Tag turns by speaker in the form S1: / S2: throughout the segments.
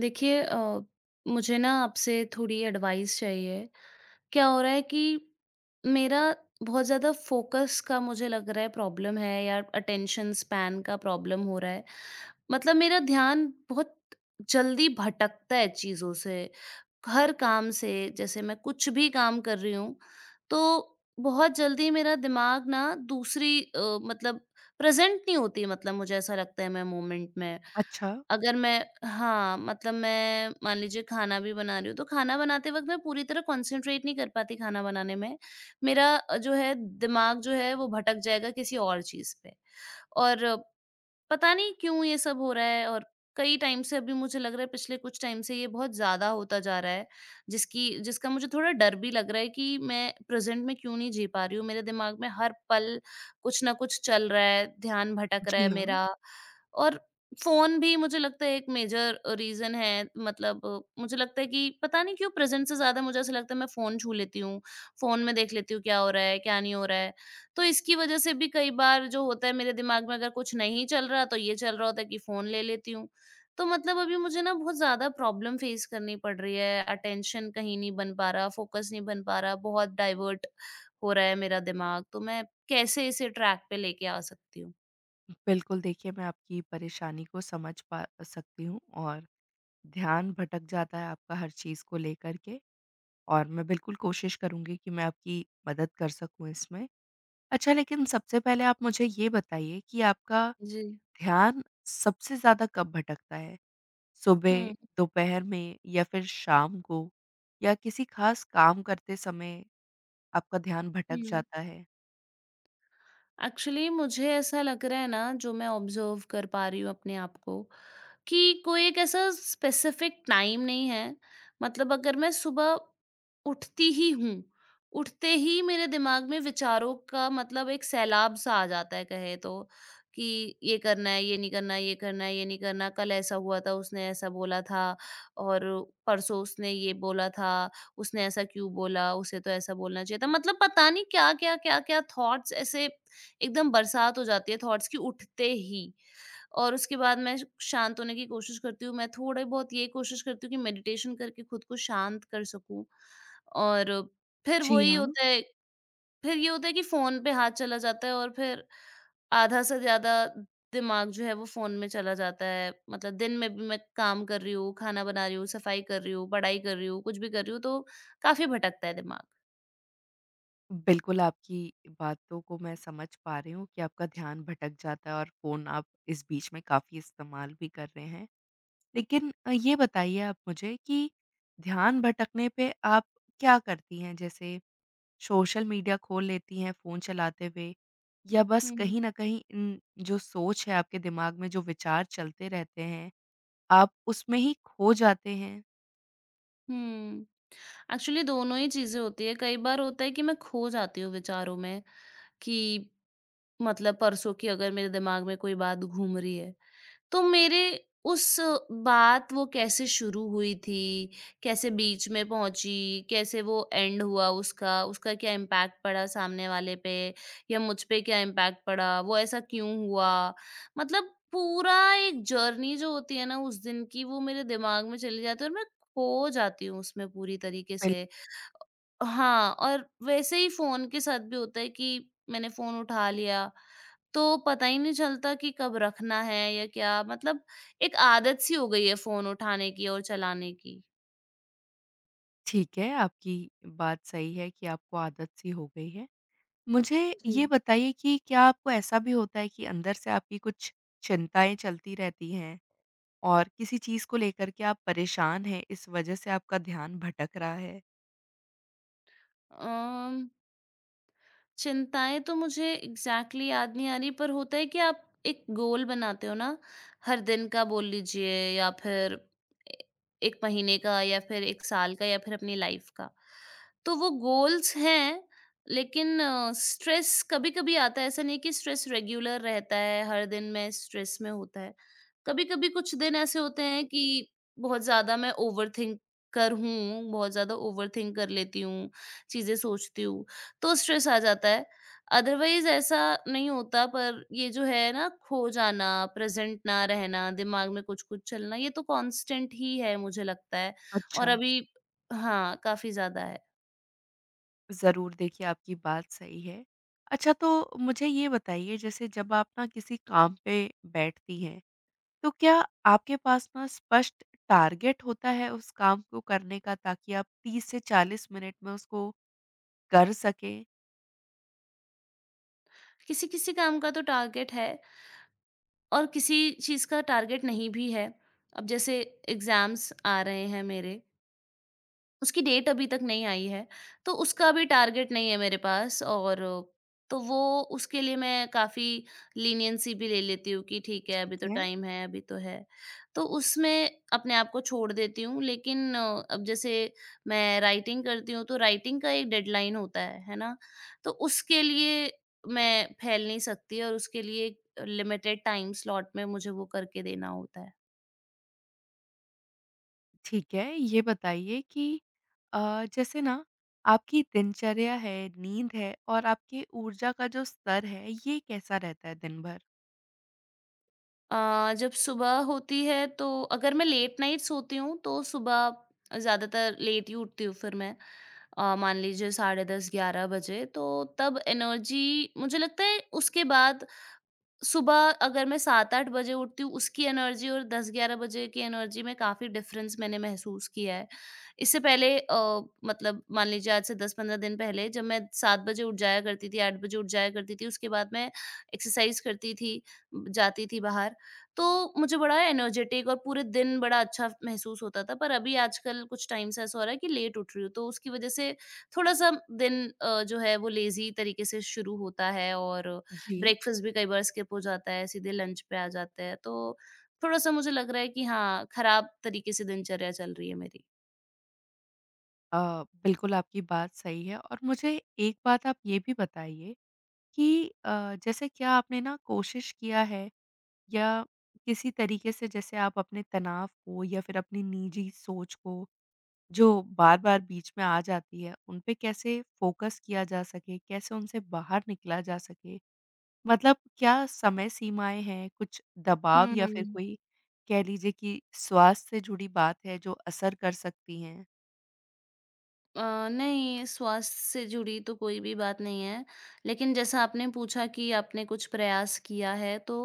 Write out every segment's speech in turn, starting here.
S1: देखिए मुझे ना आपसे थोड़ी एडवाइस चाहिए। क्या हो रहा है कि मेरा बहुत ज़्यादा फ़ोकस का मुझे लग रहा है प्रॉब्लम है या अटेंशन स्पैन का प्रॉब्लम हो रहा है। मतलब मेरा ध्यान बहुत जल्दी भटकता है चीज़ों से, हर काम से। जैसे मैं कुछ भी काम कर रही हूँ, तो बहुत जल्दी मेरा दिमाग ना मतलब प्रेज़ेंट नहीं होती, मतलब मुझे ऐसा लगता है मैं मोमेंट में।
S2: अच्छा।
S1: अगर मैं हाँ, मतलब मैं मान लीजिए खाना भी बना रही हूँ, तो खाना बनाते वक़्त मैं पूरी तरह कॉन्सन्ट्रेट नहीं कर पाती खाना बनाने में। मेरा जो है दिमाग जो है वो भटक जाएगा किसी और चीज़ पे। और पता नहीं क्यों ये सब हो रहा है। और कई टाइम से अभी मुझे लग रहा है, पिछले कुछ टाइम से ये बहुत ज़्यादा होता जा रहा है, जिसकी जिसका मुझे थोड़ा डर भी लग रहा है कि मैं प्रेज़ेंट में क्यों नहीं जी पा रही हूँ। मेरे दिमाग में हर पल कुछ न कुछ चल रहा है, ध्यान भटक रहा है
S2: जी हाँ।
S1: मेरा। और फ़ोन भी मुझे लगता है एक मेजर रीज़न है। मतलब मुझे लगता है कि पता नहीं क्यों प्रेज़ेंट से ज़्यादा मुझे ऐसा लगता है मैं फ़ोन छू लेती हूँ, फ़ोन में देख लेती हूँ क्या हो रहा है, क्या नहीं हो रहा है। तो इसकी वजह से भी कई बार जो होता है मेरे दिमाग में अगर कुछ नहीं चल रहा तो ये चल रहा होता है कि फ़ोन ले लेती हूँ। तो मतलब अभी मुझे ना बहुत ज़्यादा प्रॉब्लम फ़ेस करनी पड़ रही है, अटेंशन कहीं नहीं बन पा रहा, फ़ोकस नहीं बन पा रहा, बहुत डाइवर्ट हो रहा है मेरा दिमाग। तो मैं कैसे इसे ट्रैक पे लेके आ सकती हूँ?
S2: बिल्कुल, देखिए मैं आपकी परेशानी को समझ पा सकती हूँ और ध्यान भटक जाता है आपका हर चीज़ को लेकर के, और मैं बिल्कुल कोशिश करूँगी कि मैं आपकी मदद कर सकूँ इसमें। अच्छा, लेकिन सबसे पहले आप मुझे ये बताइए कि आपका
S1: जी।
S2: ध्यान सबसे ज़्यादा कब भटकता है? सुबह,
S1: हुँ,
S2: दोपहर में या फिर शाम को? या किसी ख़ास काम करते समय आपका ध्यान भटक
S1: हुँ।
S2: जाता है?
S1: एक्चुअली मुझे ऐसा लग रहा है ना जो मैं ऑब्ज़र्व कर पा रही हूँ अपने आप को, कि कोई एक ऐसा स्पेसिफिक टाइम नहीं है। मतलब अगर मैं सुबह उठती ही हूँ, उठते ही मेरे दिमाग में विचारों का मतलब एक सैलाब सा आ जाता है कहे तो, कि ये करना है, ये नहीं करना, ये करना है, ये नहीं करना, कल ऐसा हुआ था, उसने ऐसा बोला था, और परसों उसने ये बोला था, उसने ऐसा क्यों बोला, उसे तो ऐसा बोलना चाहिए था। मतलब पता नहीं क्या क्या क्या क्या थॉट्स ऐसे एकदम बरसात हो जाती है थॉट्स की उठते ही। और उसके बाद मैं श शांत होने की कोशिश करती हूँ। मैं थोड़े बहुत ये कोशिश करती हूँ कि मेडिटेशन करके खुद को शांत कर सकूँ। और फिर
S2: जी
S1: वही
S2: हाँ।
S1: होता है। फिर ये होता है कि फ़ोन पे हाथ चला जाता है और फिर आधा से ज़्यादा दिमाग जो है वो फ़ोन में चला जाता है। मतलब दिन में भी मैं काम कर रही हूँ, खाना बना रही हूँ, सफाई कर रही हूँ, पढ़ाई कर रही हूँ, कुछ भी कर रही हूँ, तो काफ़ी भटकता है दिमाग।
S2: बिल्कुल, आपकी बातों को मैं समझ पा रही हूँ कि आपका ध्यान भटक जाता है और फ़ोन आप इस बीच में काफ़ी इस्तेमाल भी कर रहे हैं। लेकिन ये बताइए आप मुझे कि ध्यान भटकने पे आप क्या करती हैं? जैसे सोशल मीडिया खोल लेती हैं फ़ोन चलाते हुए, या बस
S1: हुँ।
S2: कहीं न कहीं इन जो सोच है आपके दिमाग में, जो विचार चलते रहते हैं, आप उसमें ही खो जाते हैं?
S1: हुँ। एक्चुअली दोनों ही चीज़ें होती हैं। कई बार होता है कि मैं खो जाती हूँ विचारों में, कि मतलब परसों की अगर मेरे दिमाग में कोई बात घूम रही है, तो मेरे उस बात वो कैसे शुरू हुई थी, कैसे बीच में पहुँची, कैसे वो एंड हुआ उसका, उसका क्या इम्पैक्ट पड़ा सामने वाले पे या मुझ पे क्या इम्पैक्ट पड़ा, वो ऐसा क्यों हुआ? मतलब पूरा एक जर्नी जो होती है ना उस दिन की वो मेरे दिमाग में चली जाती है और मैं खो जाती हूँ उसमें पूरी तरीके
S2: बिल
S1: से। हाँ, और वैसे ही फ़ोन के साथ भी होता है कि मैंने फ़ोन उठा लिया तो पता ही नहीं चलता कि कब रखना है या क्या, मतलब एक आदत सी हो गई है फ़ोन उठाने की और चलाने की।
S2: ठीक है, आपकी बात सही है कि आपको आदत सी हो गई है। मुझे
S1: जी।
S2: ये बताइए कि क्या आपको ऐसा भी होता है कि अंदर से आपकी कुछ चिंताएँ चलती रहती हैं और किसी चीज़ को लेकर के आप परेशान हैं, इस वजह से आपका ध्यान भटक रहा है?
S1: अम, चिंताएँ तो मुझे एग्ज़ैक्टली याद नहीं आ रही, पर होता है कि आप एक गोल बनाते हो ना, हर दिन का बोल लीजिए, या फिर ए 1 महीने का या फिर 1 साल का या फिर अपनी लाइफ़ का। तो वो गोल्स हैं, लेकिन स्ट्रेस कभी-कभी आता है, ऐसा नहीं है कि स्ट्रेस रेगुलर रहता है, हर दिन मैं स्ट्रेस में होता है। कभी-कभी कुछ दिन ऐसे होते हैं कि बहुत ज़्यादा मैं ओवरथिंकर हूँ, बहुत ज़्यादा ओवरथिंक कर लेती हूँ, चीज़ें सोचती हूँ। तो स्ट्रेस आ जाता है। अदरवाइज़ ऐसा नहीं होता, पर ये जो है ना खो जाना, प्रेज़ेंट ना रहना, दिमाग में कुछ-कुछ चलना, ये तो कॉन्स्टेंट ही है मुझे लगता है। और
S2: अच्छा।
S1: अभी हाँ, काफ़ी ज़्यादा है।
S2: ज़रूर, देखिए आपकी बात सही है। अच्छा, तो मुझे ये बताइए, जैसे जब आप ना किसी काम पे बैठती हैं, तो क्या आपके पास ना स्पष्ट टारगेट होता है उस काम को करने का, ताकि आप 30 से 40 मिनट में उसको कर सकें?
S1: किसी-किसी काम का तो टारगेट है और किसी चीज़ का टारगेट नहीं भी है। अब जैसे एग्ज़ाम्स आ रहे हैं मेरे, उसकी डेट अभी तक नहीं आई है, तो उसका भी टारगेट नहीं है मेरे पास। और तो वो उसके लिए मैं काफ़ी लीनिएंसी भी ले लेती हूँ कि ठीक है, अभी तो टाइम है, अभी तो है। तो उसमें अपने आप को छोड़ देती हूँ, लेकिन अब जैसे मैं राइटिंग करती हूँ, तो राइटिंग का एक डेडलाइन होता है ना? तो उसके लिए मैं फैल नहीं सकती और उसके लिए एक लिमिटेड टाइम स्लॉट में मुझे वो करके देना होता है।
S2: ठीक है, ये बताइए कि जैसे ना आपकी दिनचर्या है, नींद है और आपकी ऊर्जा का जो स्तर है, ये कैसा रहता है दिन भर?
S1: जब सुबह होती है तो अगर मैं लेट नाइट सोती हूँ तो सुबह ज़्यादातर लेट ही उठती हूँ, फिर मैं मान लीजिए साढ़े 10 11 बजे, तो तब एनर्जी मुझे लगता है उसके बाद। सुबह अगर मैं 7-8 बजे उठती हूँ, उसकी एनर्जी और 10-11 बजे की एनर्जी में काफ़ी डिफ़रेंस मैंने महसूस किया है। इससे पहले मतलब मान लीजिए आज से 10-15 दिन पहले जब मैं 7 बजे उठ जाया करती थी, 8 बजे उठ जाया करती थी, उसके बाद मैं एक्सरसाइज़ करती थी, जाती थी बाहर, तो मुझे बड़ा एनर्जेटिक और पूरे दिन बड़ा अच्छा महसूस होता था। पर अभी आजकल कुछ टाइम से ऐसा हो रहा है कि लेट उठ रही हूँ, तो उसकी वजह से थोड़ा-सा दिन जो है वो लेज़ी तरीके से शुरू होता है, और
S2: जी।
S1: ब्रेकफास्ट भी कई बार स्किप हो जाता है, सीधे लंच पे आ जाते हैं, तो थोड़ा-सा मुझे लग रहा है कि हाँ, खराब तरीके से दिनचर्या चल रही है मेरी।
S2: अ, बिल्कुल आपकी बात सही है और मुझे एक बात आप ये भी बताइए कि जैसे क्या आपने ना कोशिश किया है या किसी तरीके से, जैसे आप अपने तनाव को या फिर अपनी निजी सोच को, जो बार-बार बीच में आ जाती है, उन पे कैसे फ़ोकस किया जा सके, कैसे उनसे बाहर निकला जा सके? मतलब क्या समय सीमाएँ हैं, कुछ दबाव या फिर
S1: हुँ।
S2: कोई, कह लीजिए कि स्वास्थ्य से जुड़ी बात है, जो असर कर सकती हैं?
S1: अ, नहीं, स्वास्थ्य से जुड़ी तो कोई भी बात नहीं है, लेकिन जैसा आपने पूछा कि आपने कुछ प्रयास किया है, तो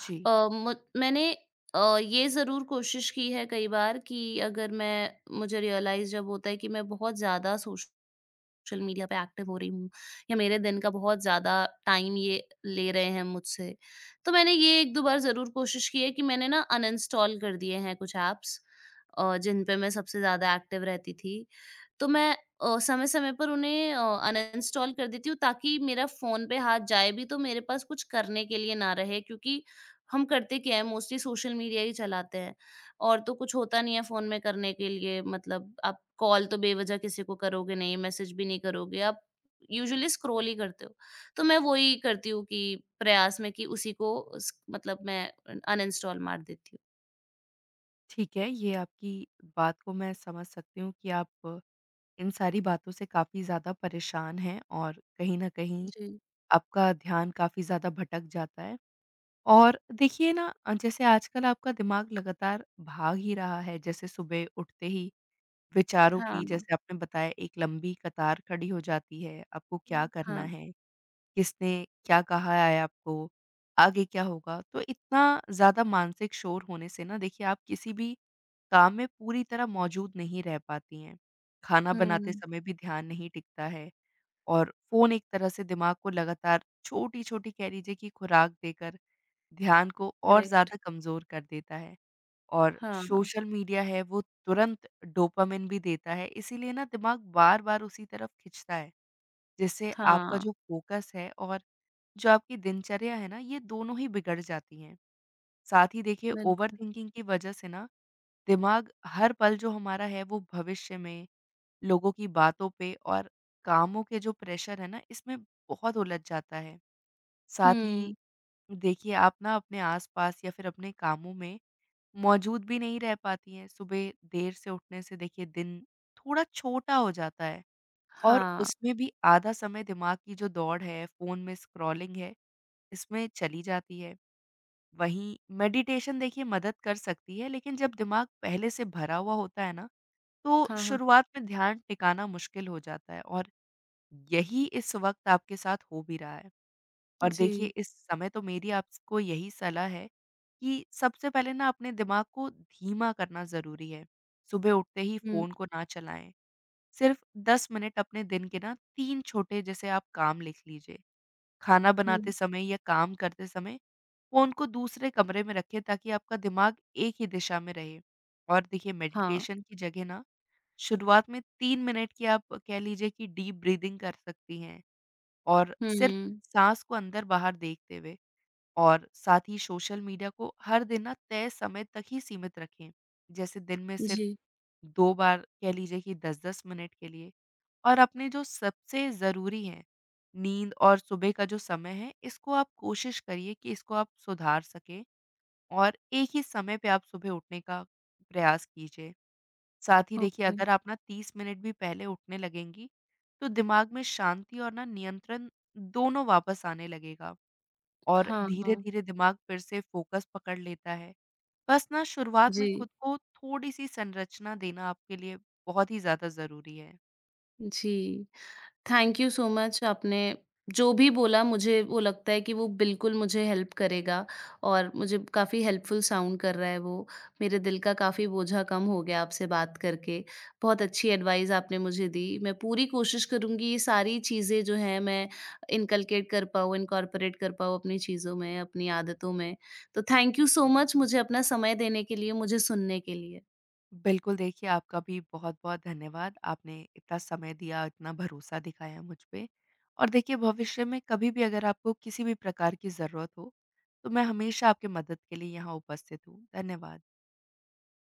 S2: जी,
S1: अ, मु मैंने ये ज़रूर कोशिश की है कई बार कि अगर मैं मुझे रियलाइज़ जब होता है कि मैं बहुत ज़्यादा सोच सोशल मीडिया पे एक्टिव हो रही हूँ या मेरे दिन का बहुत ज़्यादा टाइम ये ले रहे हैं मुझसे। तो मैंने ये 1-2 बार ज़रूर कोशिश की है कि मैंने ना अनइंस्टॉल कर दिए हैं कुछ ऐप्स जिन पे मैं सबसे ज़्यादा एक्टिव रहती थी। तो मैं समय-समय पर उन्हें अनइंस्टॉल कर देती हूँ ताकि मेरा फ़ोन पे हाथ जाए भी तो मेरे पास कुछ करने के लिए ना रहे, क्योंकि हम करते क्या है मोस्टली सोशल मीडिया ही चलाते हैं। और तो कुछ होता नहीं है फ़ोन में करने के लिए, मतलब आप कॉल तो बेवज़ह किसी को करोगे नहीं, मैसेज भी नहीं करोगे, आप यूजुअली स्क्रॉल ही करते हो। तो मैं वो ही करती हूँ कि प्रयास में कि उसी को उस मतलब मैं अन अनइंस्टॉल मार देती हूँ।
S2: ठीक है। ये आपकी बात को मैं समझ सकती हूँ कि आप इन सारी बातों से काफ़ी ज़्यादा परेशान हैं और कहीं न कहीं
S1: जी।
S2: आपका ध्यान काफ़ी ज़्यादा भटक जाता है। और देखिए ना, जैसे आजकल आपका दिमाग लगातार भाग ही रहा है। जैसे सुबह उठते ही विचारों
S1: हाँ,
S2: की, जैसे आपने बताया, एक लंबी कतार खड़ी हो जाती है आपको क्या करना
S1: हाँ।
S2: है, किसने क्या कहा है आपको, आगे क्या होगा? तो इतना ज़्यादा मानसिक शोर होने से ना, देखिए आप किसी भी काम में पूरी तरह मौजूद नहीं रह पाती हैं। खाना बनाते
S1: हुँ,
S2: समय भी ध्यान नहीं टिकता है, और फ़ोन एक तरह से दिमाग को लगातार छोटी-छोटी, कह लीजिए कि, खुराक देकर ध्यान को और
S1: करेक्ट।
S2: ज़्यादा कमज़ोर कर देता है। और
S1: हाँ,
S2: सोशल मीडिया है वो तुरंत डोपामिन भी देता है, इसीलिए ना दिमाग बार-बार उसी तरफ खींचता है, जिससे आपका
S1: हाँ।
S2: जो फ़ोकस है और जो आपकी दिनचर्या है ना, ये दोनों ही बिगड़ जाती हैं। साथ ही देखिए,
S1: बिल्कुल।
S2: ओवरथिंकिंग की वजह से ना दिमाग हर पल जो हमारा है वो भविष्य में, लोगों की बातों पे और कामों के जो प्रेशर है ना, इसमें बहुत उलझ जाता है। साथ ही
S1: हुँ,
S2: देखिए, आप ना अपने आस-पास या फिर अपने कामों में मौजूद भी नहीं रह पाती हैं। सुबह देर से उठने से देखिए दिन थोड़ा छोटा हो जाता है, और
S1: हाँ,
S2: उसमें भी आधा समय दिमाग की जो दौड़ है, फ़ोन में स्क्रॉलिंग है, इसमें चली जाती है। वहीं मेडिटेशन, देखिए मदद कर सकती है, लेकिन जब दिमाग पहले से भरा हुआ होता है ना, तो
S1: हाँ, हाँ।
S2: शुरुआत में ध्यान टिकाना मुश्किल हो जाता है, और यही इस वक़्त आपके साथ हो भी रहा है। और
S1: जी।
S2: देखिए, इस समय तो मेरी आपको यही सलाह है कि सबसे पहले ना अपने दिमाग को धीमा करना ज़रूरी है। सुबह उठते ही
S1: हुँ,
S2: फ़ोन को ना चलाएँ। सिर्फ़ 10 मिनट अपने दिन के ना, 3 छोटे जैसे आप काम लिख लीजिए। खाना बनाते
S1: हुँ,
S2: समय या काम करते समय फ़ोन को दूसरे कमरे में रखें, ताकि आपका दिमाग एक ही दिशा में रहे। और देखिए,
S1: हाँ।
S2: मेडिटेशन की जगह ना शुरुआत में 3 मिनट की आप, कह लीजिए कि, डीप ब्रीथिंग कर सकती हैं, और सिर्फ़
S1: हुँ,
S2: साँस को अंदर-बाहर देखते हुए। और साथ ही सोशल मीडिया को हर दिन ना तय समय तक ही सीमित रखें। जैसे दिन में सिर्फ
S1: जी,
S2: 2 बार, कह लीजिए कि 10-10 मिनट के लिए। और अपने जो सबसे ज़रूरी हैं, नींद और सुबह का जो समय है, इसको आप कोशिश करिए कि इसको आप सुधार सकें, और एक ही समय पे आप सुबह उठने का प्रयास कीजिए। साथ ही देखिए,
S1: ओके।
S2: अगर आप ना 30 मिनट भी पहले उठने लगेंगी, तो दिमाग में शांति और ना नियंत्रण दोनों वापस आने लगेगा। और
S1: हाँ, हाँ।
S2: धीरे-धीरे दिमाग फिर से फ़ोकस पकड़ लेता है। बस ना शुरुआत में
S1: जी,
S2: खुद को थोड़ी-सी संरचना देना आपके लिए बहुत ही ज़्यादा ज़रूरी है।
S1: जी। थैंक यू सो मच, आपने जो भी बोला मुझे वो लगता है कि वो बिल्कुल मुझे हेल्प करेगा, और मुझे काफ़ी हेल्पफुल साउंड कर रहा है वो। मेरे दिल का काफ़ी बोझा कम हो गया आपसे बात करके। बहुत अच्छी एडवाइस आपने मुझे दी। मैं पूरी कोशिश करूँगी ये सारी चीज़ें जो हैं मैं इनकलकेट कर पाऊँ, इनकॉर्पोरेट कर पाऊँ अपनी चीज़ों में, अपनी आदतों में। तो थैंक यू सो मच मुझे अपना समय देने के लिए, मुझे सुनने के लिए।
S2: बिल्कुल, देखिए आपका भी बहुत-बहुत धन्यवाद। आपने इतना समय दिया, इतना भरोसा दिखाया मुझ पे, और देखिए भविष्य में कभी भी अगर आपको किसी भी प्रकार की ज़रूरत हो, तो मैं हमेशा आपकी मदद के लिए यहाँ उपस्थित हूँ। धन्यवाद।